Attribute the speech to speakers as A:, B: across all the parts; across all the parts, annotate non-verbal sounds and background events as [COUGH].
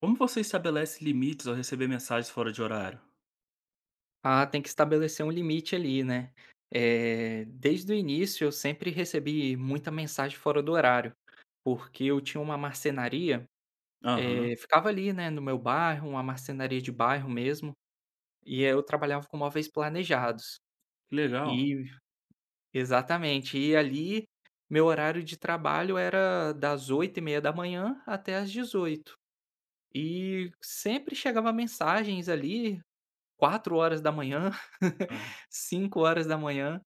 A: Como você estabelece limites ao receber mensagens fora de horário?
B: Ah, tem que estabelecer um limite ali, né. Desde o início eu sempre recebi muita mensagem fora do horário, porque eu tinha uma marcenaria,
A: Aham.
B: ficava ali, né, no meu bairro, uma marcenaria de bairro mesmo, e eu trabalhava com móveis planejados.
A: Que legal.
B: E exatamente, e ali meu horário de trabalho era das 8:30 da manhã até as 18h. E sempre chegava mensagens ali 4 horas da manhã, [LAUGHS]
A: Aham.
B: 5 horas da manhã.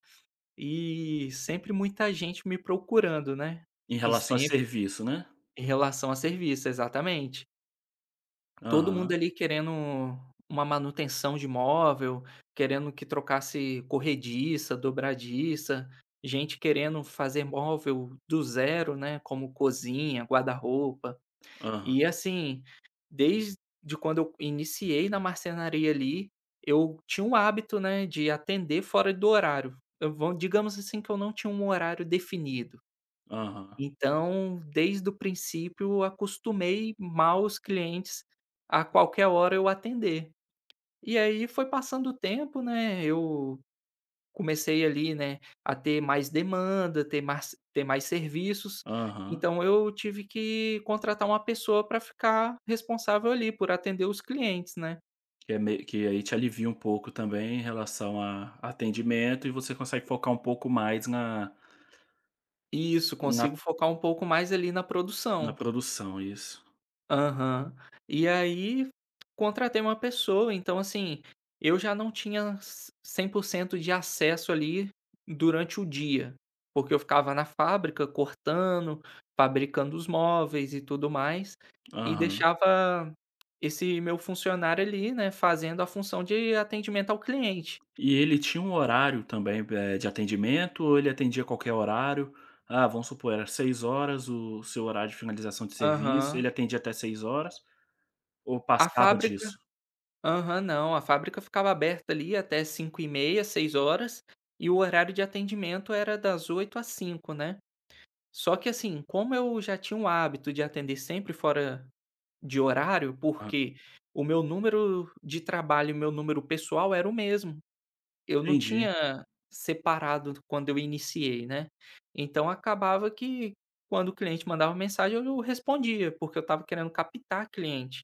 B: E sempre muita gente me procurando, né.
A: Em
B: E
A: relação a
B: sempre
A: serviço, né?
B: em relação a serviço, exatamente. Todo mundo
A: Aham,
B: ali querendo uma manutenção de móvel, querendo que trocasse corrediça, dobradiça, gente querendo fazer móvel do zero, né, como cozinha, guarda-roupa.
A: aham,
B: E assim, desde quando eu iniciei na marcenaria ali, eu tinha o hábito, né, de atender fora do horário. Eu vou digamos assim que eu não tinha um horário definido.
A: aham,
B: Então, desde o princípio, eu acostumei mal os clientes a qualquer hora eu atender. E aí foi passando o tempo, né, eu comecei ali, né, a ter mais demanda, ter mais serviços,
A: aham.
B: então eu tive que contratar uma pessoa para ficar responsável ali por atender os clientes, né.
A: Que é meio que aí te alivia um pouco também em relação a atendimento e você consegue focar um pouco mais
B: E isso,
A: na
B: consigo focar um pouco mais ali na
A: na
B: produção.
A: produção, isso.
B: Aham. E aí, contratei uma pessoa, então assim, eu já não tinha 100% de acesso ali durante o dia, porque eu ficava na fábrica cortando, fabricando os móveis e tudo mais, e
A: Aham.
B: deixava esse meu funcionário ali, né, fazendo a função de atendimento ao cliente.
A: E ele tinha um horário também, de atendimento ou ele atendia qualquer horário? Ah, vamos supor, era seis horas o seu horário de finalização de serviço,
B: Aham.
A: ele atendia até seis horas. Ou
B: A
A: passava
B: fábrica
A: disso?
B: aham, não, a fábrica ficava aberta ali até 5 e meia, 6 horas, e o horário de atendimento era das 8 às 5, né. Só que assim, como eu já tinha o hábito de atender sempre fora de horário,
A: Hã,
B: porque o meu número de trabalho e o meu número pessoal era o mesmo, eu não
A: entendi.
B: tinha separado quando eu iniciei, né. Então acabava que quando o cliente mandava mensagem eu respondia, porque eu estava querendo captar cliente.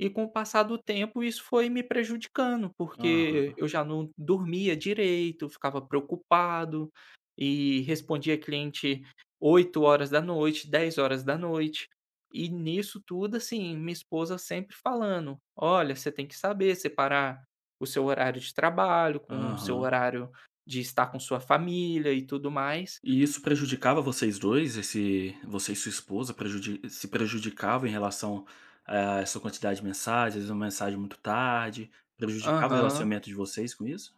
B: E com o passar do tempo isso foi me prejudicando, porque
A: Aham,
B: eu já não dormia direito, ficava preocupado e respondia cliente 8 horas da noite, 10 horas da noite. E nisso tudo, assim, minha esposa sempre falando: "Olha, você tem que saber separar o seu horário de trabalho com o seu
A: aham.
B: horário de estar com sua família e tudo mais".
A: E isso prejudicava vocês 2? Esse você e sua esposa prejudi se prejudicavam em relação a essa quantidade de mensagens, uma mensagem muito tarde, prejudicava o
B: Aham.
A: relacionamento de vocês com isso?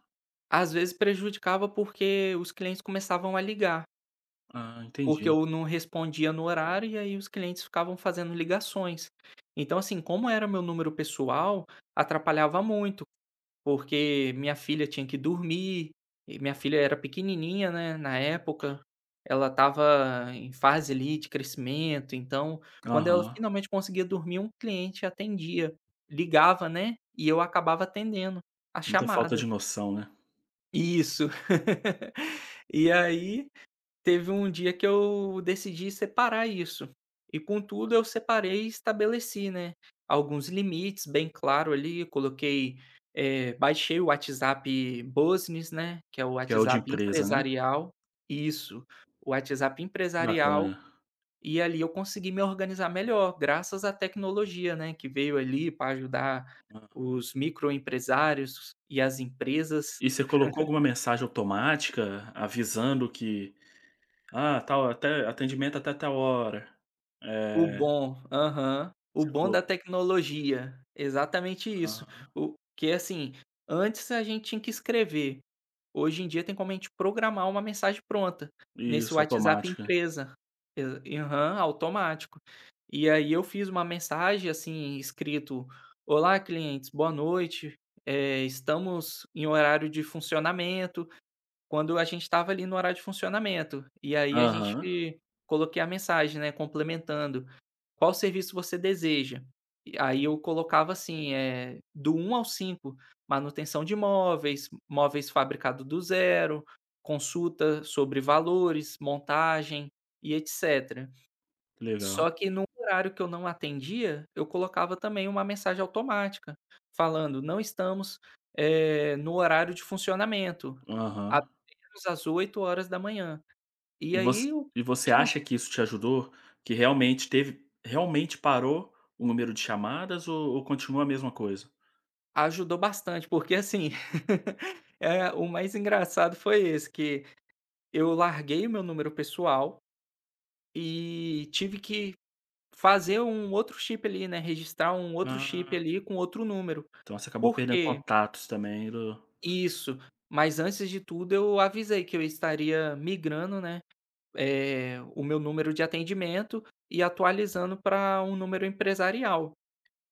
B: Às vezes prejudicava, porque os clientes começavam a ligar.
A: Ah, entendi.
B: Porque eu não respondia no horário e aí os clientes ficavam fazendo ligações. Então, assim, como era meu número pessoal, atrapalhava muito, porque minha filha tinha que dormir, e minha filha era pequenininha, né, na época, ela estava em fase ali de crescimento, então quando ela
A: Aham.
B: finalmente conseguia dormir, um cliente atendia, ligava, né, e eu acabava atendendo a
A: Muita falta
B: chamada.
A: de noção, né.
B: Isso. [LAUGHS] E aí teve um dia que eu decidi separar isso. E contudo eu separei e estabeleci, né, alguns limites bem claro ali, coloquei, baixei o WhatsApp Business, né, que é o
A: Que é o de
B: WhatsApp
A: empresa, né.
B: empresarial. Isso, o WhatsApp
A: Que
B: empresarial,
A: bacana.
B: e ali eu consegui me organizar melhor, graças à tecnologia, né, que veio ali para ajudar
A: Hã.
B: os microempresários e as empresas.
A: E você colocou alguma mensagem automática avisando que: "Ah, tal até atendimento até tal hora".
B: O
A: É.
B: bom aham. O
A: você
B: bom da
A: colo
B: tecnologia. Exatamente isso.
A: Aham.
B: O que assim, antes a gente tinha que escrever, hoje em dia tem como a gente programar uma mensagem pronta, nesse
A: Isso,
B: WhatsApp
A: automática.
B: empresa. Exa Aham, automático. E aí eu fiz uma mensagem, assim, escrito: "Olá clientes, boa noite, estamos em horário de funcionamento", quando a gente estava ali no horário de funcionamento. E aí a
A: Aham,
B: gente coloquei a mensagem, né, complementando. Qual serviço você deseja? E aí eu colocava assim, do um ao 5, manutenção de móveis, móveis fabricado do zero, consulta sobre valores, montagem e etc.
A: que legal.
B: Só que no horário que eu não atendia, eu colocava também uma mensagem automática, falando: "Não estamos, no horário de funcionamento,
A: Aham.
B: apenas às 8 horas da manhã". E
A: E voc
B: aí o
A: e você
B: cliente
A: acha que isso te ajudou? Que realmente teve realmente parou o número de chamadas ou continua a mesma coisa?
B: ajudou bastante, porque assim, [LAUGHS] o mais engraçado foi esse, que eu larguei o meu número pessoal e tive que fazer um outro chip ali, né, registrar um outro chip
A: Ah,
B: ali com outro número.
A: então você acabou
B: Por
A: perdendo
B: quê?
A: contatos também do
B: Isso. Mas antes de tudo eu avisei que eu estaria migrando, né, o meu número de atendimento e atualizando para um número empresarial.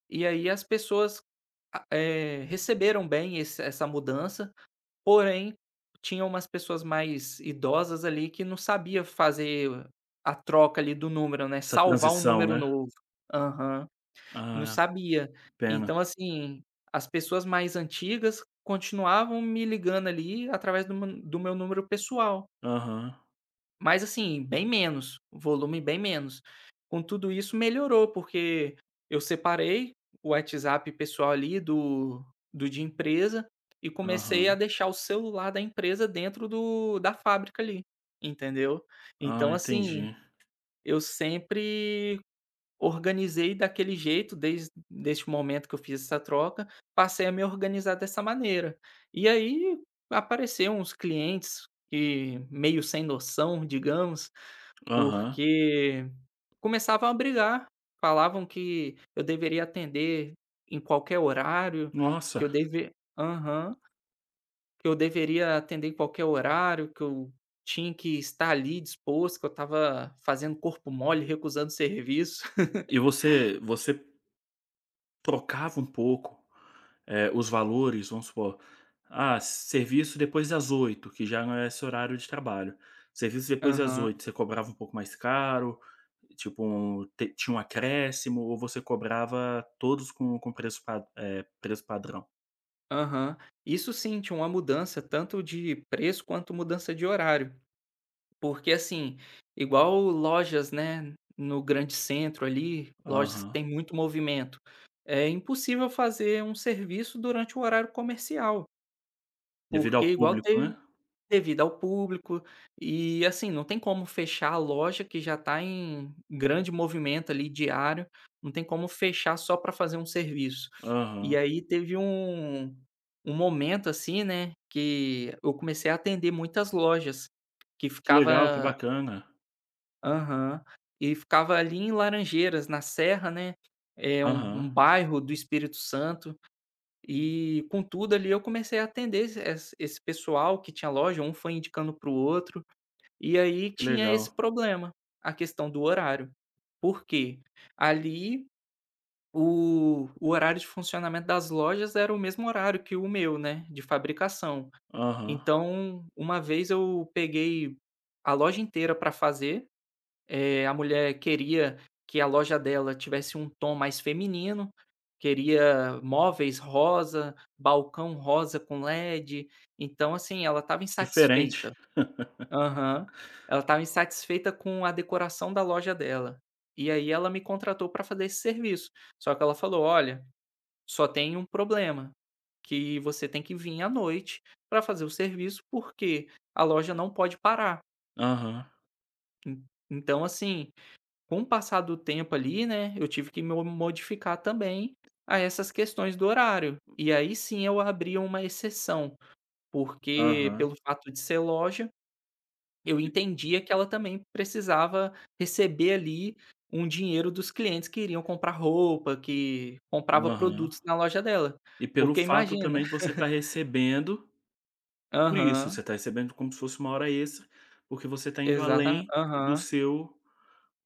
B: E aí as pessoas receberam bem esse essa mudança. Porém, tinha umas pessoas mais idosas ali que não sabia fazer a troca ali do número, né,
A: essa
B: salvar um
A: transição,
B: número
A: né?
B: novo. Aham, não
A: Ah,
B: sabia.
A: que pena.
B: Então assim, as pessoas mais antigas continuavam me ligando ali através do meu número pessoal.
A: Aham,
B: Mas assim, bem menos, o volume bem menos. Com tudo isso melhorou, porque eu separei o WhatsApp pessoal ali do de empresa e comecei a
A: aham.
B: deixar o celular da empresa dentro do da fábrica ali, entendeu.
A: Ah,
B: Então assim,
A: entendi.
B: eu sempre organizei daquele jeito desde deste momento que eu fiz essa troca, passei a me organizar dessa maneira. E aí apareceram uns clientes que meio sem noção, digamos,
A: Aham.
B: porque começavam a brigar, falavam que eu deveria atender em qualquer horário, que
A: Nossa,
B: eu deve aham, que eu deveria atender em qualquer horário, que eu tinha que estar ali disposto, que eu estava fazendo corpo mole, recusando serviço. [LAUGHS]
A: e você trocava um pouco os valores, vamos supor, ah, serviço depois das oito que já não é esse horário de trabalho. Serviço depois das
B: Aham,
A: oito você cobrava um pouco mais caro, tipo um te tinha um acréscimo ou você cobrava todos com preço preço padrão?
B: aham. Isso sim, tinha uma mudança tanto de preço quanto mudança de horário. Porque assim, igual lojas, né, no grande centro ali, lojas que
A: Aham.
B: tem muito movimento, é impossível fazer um serviço durante o horário comercial,
A: Devido
B: porque
A: ao
B: igual
A: público, né?
B: teve devido ao público, e assim, não tem como fechar a loja que já está em grande movimento ali diário, não tem como fechar só para fazer um serviço. E
A: Aham.
B: aí teve um momento assim, né, que eu comecei a atender muitas lojas que
A: Que legal, que
B: ficava
A: bacana.
B: aham. E ficava ali em Laranjeiras, na Serra, né, é um
A: Aham.
B: bairro do Espírito Santo, e com tudo ali eu comecei a atender esse pessoal que tinha loja, um foi indicando para o outro, e aí
A: Que
B: tinha esse
A: legal.
B: problema, a questão do horário. Por quê? Ali o horário de funcionamento das lojas era o mesmo horário que o meu, né, de fabricação.
A: Aham.
B: Então, uma vez eu peguei a loja inteira para fazer a mulher queria que a loja dela tivesse um tom mais feminino, queria móveis rosa, balcão rosa com LED, então assim, ela estava
A: Diferente.
B: insatisfeita. Aham. Ela estava insatisfeita com a decoração da loja dela. E aí ela me contratou para fazer esse serviço, só que ela falou: "Olha, só tem um problema, que você tem que vir à noite para fazer o serviço, porque a loja não pode parar".
A: Aham,
B: En Então assim, com o passar do tempo ali, né, eu tive que mo modificar também a essas questões do horário. E aí sim eu abria uma exceção, porque
A: aham.
B: pelo fato de ser loja, eu entendia que ela também precisava receber ali um dinheiro dos clientes que iriam comprar roupa, que
A: E
B: comprava
A: aham.
B: produtos na loja dela.
A: E pelo
B: Porque
A: fato
B: imagina.
A: também de você
B: [LAUGHS]
A: estar recebendo. Por isso,
B: Aham,
A: você está recebendo como se fosse uma hora extra, porque você está indo
B: exata
A: além do
B: aham.
A: seu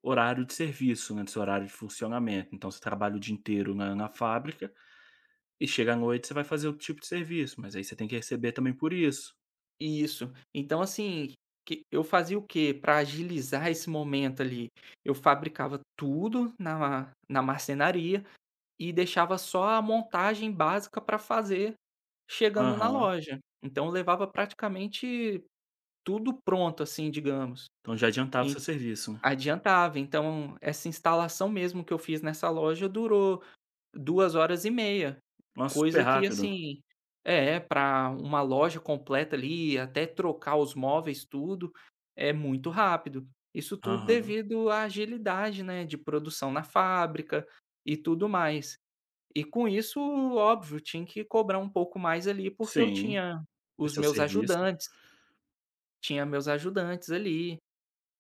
A: horário de serviço, né, do seu horário de funcionamento. Então você trabalha o dia inteiro na fábrica e chega à noite você vai fazer outro tipo de serviço, mas aí você tem que receber também por isso.
B: Isso. Então, assim, que eu fazia o quê? Para agilizar esse momento ali, eu fabricava tudo na marcenaria e deixava só a montagem básica para fazer chegando na
A: Aham.
B: loja. Então, eu levava praticamente tudo pronto, assim, digamos.
A: Então já adiantava o
B: E
A: seu serviço, né.
B: adiantava. Então, essa instalação mesmo que eu fiz nessa loja durou 2 horas e meia,
A: Nossa, super
B: coisa que
A: rápido.
B: assim é, para uma loja completa ali, até trocar os móveis, tudo, é muito rápido. Isso tudo
A: Aham.
B: devido à agilidade, né, de produção na fábrica e tudo mais. E com isso, óbvio, tinha que cobrar um pouco mais ali, porque eu
A: Sim,
B: tinha
A: é
B: os
A: seu
B: meus
A: serviço.
B: ajudantes, tinha meus ajudantes ali.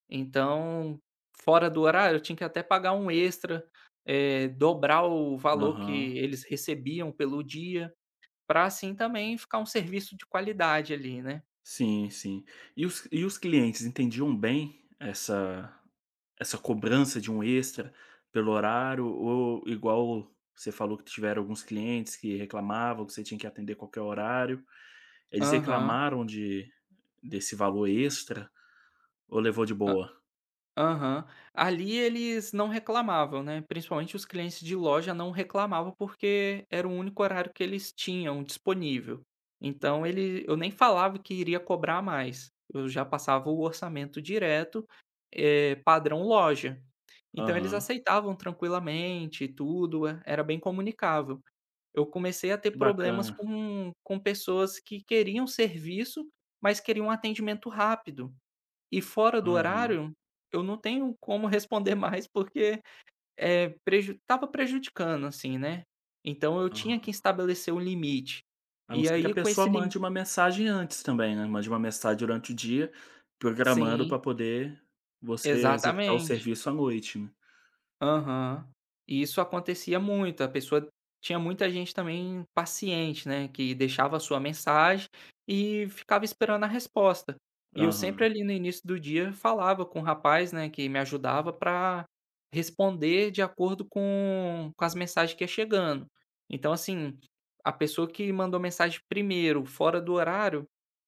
B: Então, fora do horário, eu tinha que até pagar um extra, dobrar o valor
A: Aham.
B: que eles recebiam pelo dia, para assim também ficar um serviço de qualidade ali, né.
A: Sim, sim. E os clientes entendiam bem essa. Essa cobrança de um extra pelo horário, ou igual você falou que tiveram alguns clientes que reclamavam que você tinha que atender qualquer horário, eles
B: Aham.
A: reclamaram de desse valor extra ou levou de boa?
B: Aham. Ali eles não reclamavam, né, principalmente os clientes de loja não reclamavam, porque era o único horário que eles tinham disponível. Então ele eu nem falava que iria cobrar mais, eu já passava o orçamento direto, padrão loja. Então eles
A: Aham,
B: aceitavam tranquilamente tudo, e era bem comunicável. Eu comecei a ter
A: que
B: problemas
A: bacana.
B: com pessoas que queriam serviço, mas queriam um atendimento rápido. E fora do
A: Aham,
B: horário, eu não tenho como responder [LAUGHS] mais porque, eh, preju estava prejudicando, assim, né. Então eu tinha que
A: aham.
B: estabelecer um limite.
A: A não
B: E
A: ser que a
B: aí com
A: pessoa
B: esse limite,
A: mande uma mensagem antes também, né, mande uma mensagem durante o dia, programando
B: sim,
A: pra poder você executar o
B: exatamente.
A: serviço à noite, né.
B: Aham. E isso acontecia muito, a pessoa tinha muita gente também paciente, né, que deixava a sua mensagem e ficava esperando a resposta. E eu sempre
A: Aham,
B: ali no início do dia falava com o rapaz, né, que me ajudava para responder de acordo com as mensagens que ia chegando. Então assim, a pessoa que mandou mensagem primeiro, fora do horário,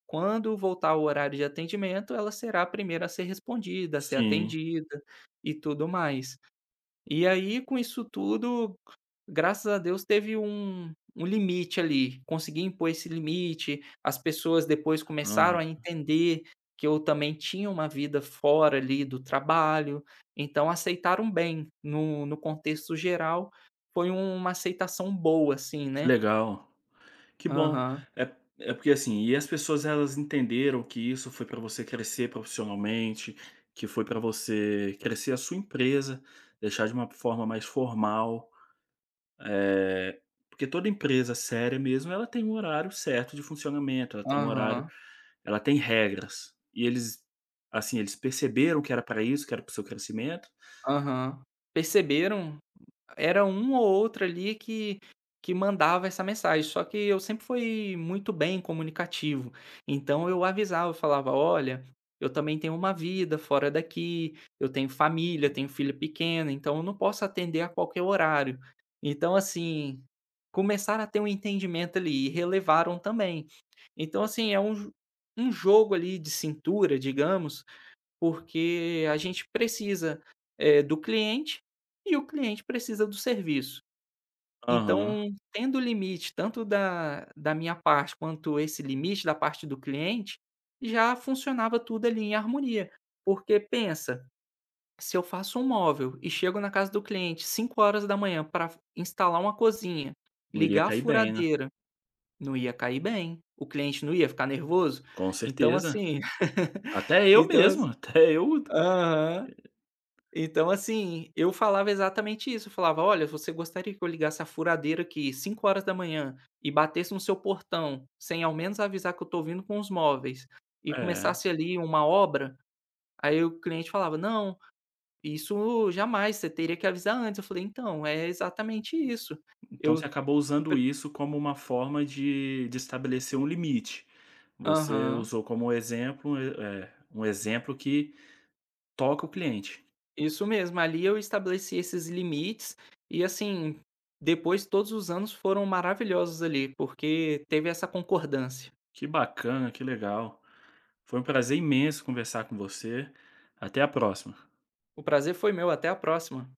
B: quando voltar o horário de atendimento, ela será a primeira a ser respondida, a ser
A: sim,
B: atendida e tudo mais. E aí, com isso tudo, graças a Deus teve um limite ali, consegui impor esse limite, as pessoas depois
A: aham,
B: começaram a entender que eu também tinha uma vida fora ali do trabalho, então aceitaram bem, no contexto geral, foi uma aceitação boa, assim,
A: que
B: né.
A: legal. Que bom.
B: Aham,
A: É porque, assim, e as pessoas elas entenderam que isso foi para você crescer profissionalmente, que foi para você crescer a sua empresa, deixar de uma forma mais formal, eh, porque toda empresa séria mesmo, ela tem um horário certo de funcionamento, ela tem um horário,
B: aham,
A: ela tem regras. E eles, assim, eles perceberam que era para isso, que era para o seu crescimento.
B: aham. Perceberam. Era um ou outro ali que mandava essa mensagem, só que eu sempre fui muito bem comunicativo. Então eu avisava, eu falava: "Olha, eu também tenho uma vida fora daqui, eu tenho família, tenho filho pequeno, então eu não posso atender a qualquer horário". Então assim, começaram a ter um entendimento ali e relevaram também. Então assim, é um jogo ali de cintura, digamos, porque a gente precisa, do cliente e o cliente precisa do serviço.
A: Aham.
B: Então, tendo limite tanto da minha parte quanto esse limite da parte do cliente, já funcionava tudo ali em harmonia. Porque pensa, se eu faço um móvel e chego na casa do cliente 5 horas da manhã para instalar uma cozinha,
A: Não iria
B: ligar a
A: cair bem, né.
B: furadeira, não ia cair bem, o cliente não ia ficar nervoso?
A: Com
B: Então
A: certeza.
B: assim. [LAUGHS]
A: Até eu
B: então assi
A: mesmo, [LAUGHS] até eu
B: então, assim, eu falava exatamente isso, eu falava: "Olha, você gostaria que eu ligasse a furadeira aqui 5 horas da manhã e batesse no seu portão, sem ao menos avisar que eu tô vindo com os móveis, e
A: é.
B: começasse ali uma obra?" Aí o cliente falava: "Não, isso jamais, você teria que avisar antes". Eu falei: "Então, é exatamente isso".
A: Então você
B: Eu
A: acabou usando
B: pre
A: isso como uma forma de estabelecer um limite. Você
B: Aham,
A: usou como exemplo, um exemplo que toca o cliente.
B: isso mesmo, ali eu estabeleci esses limites e, assim, depois todos os anos foram maravilhosos ali, porque teve essa concordância.
A: Que bacana, que legal. Foi um prazer imenso conversar com você. Até a próxima.
B: O prazer foi meu, até a próxima.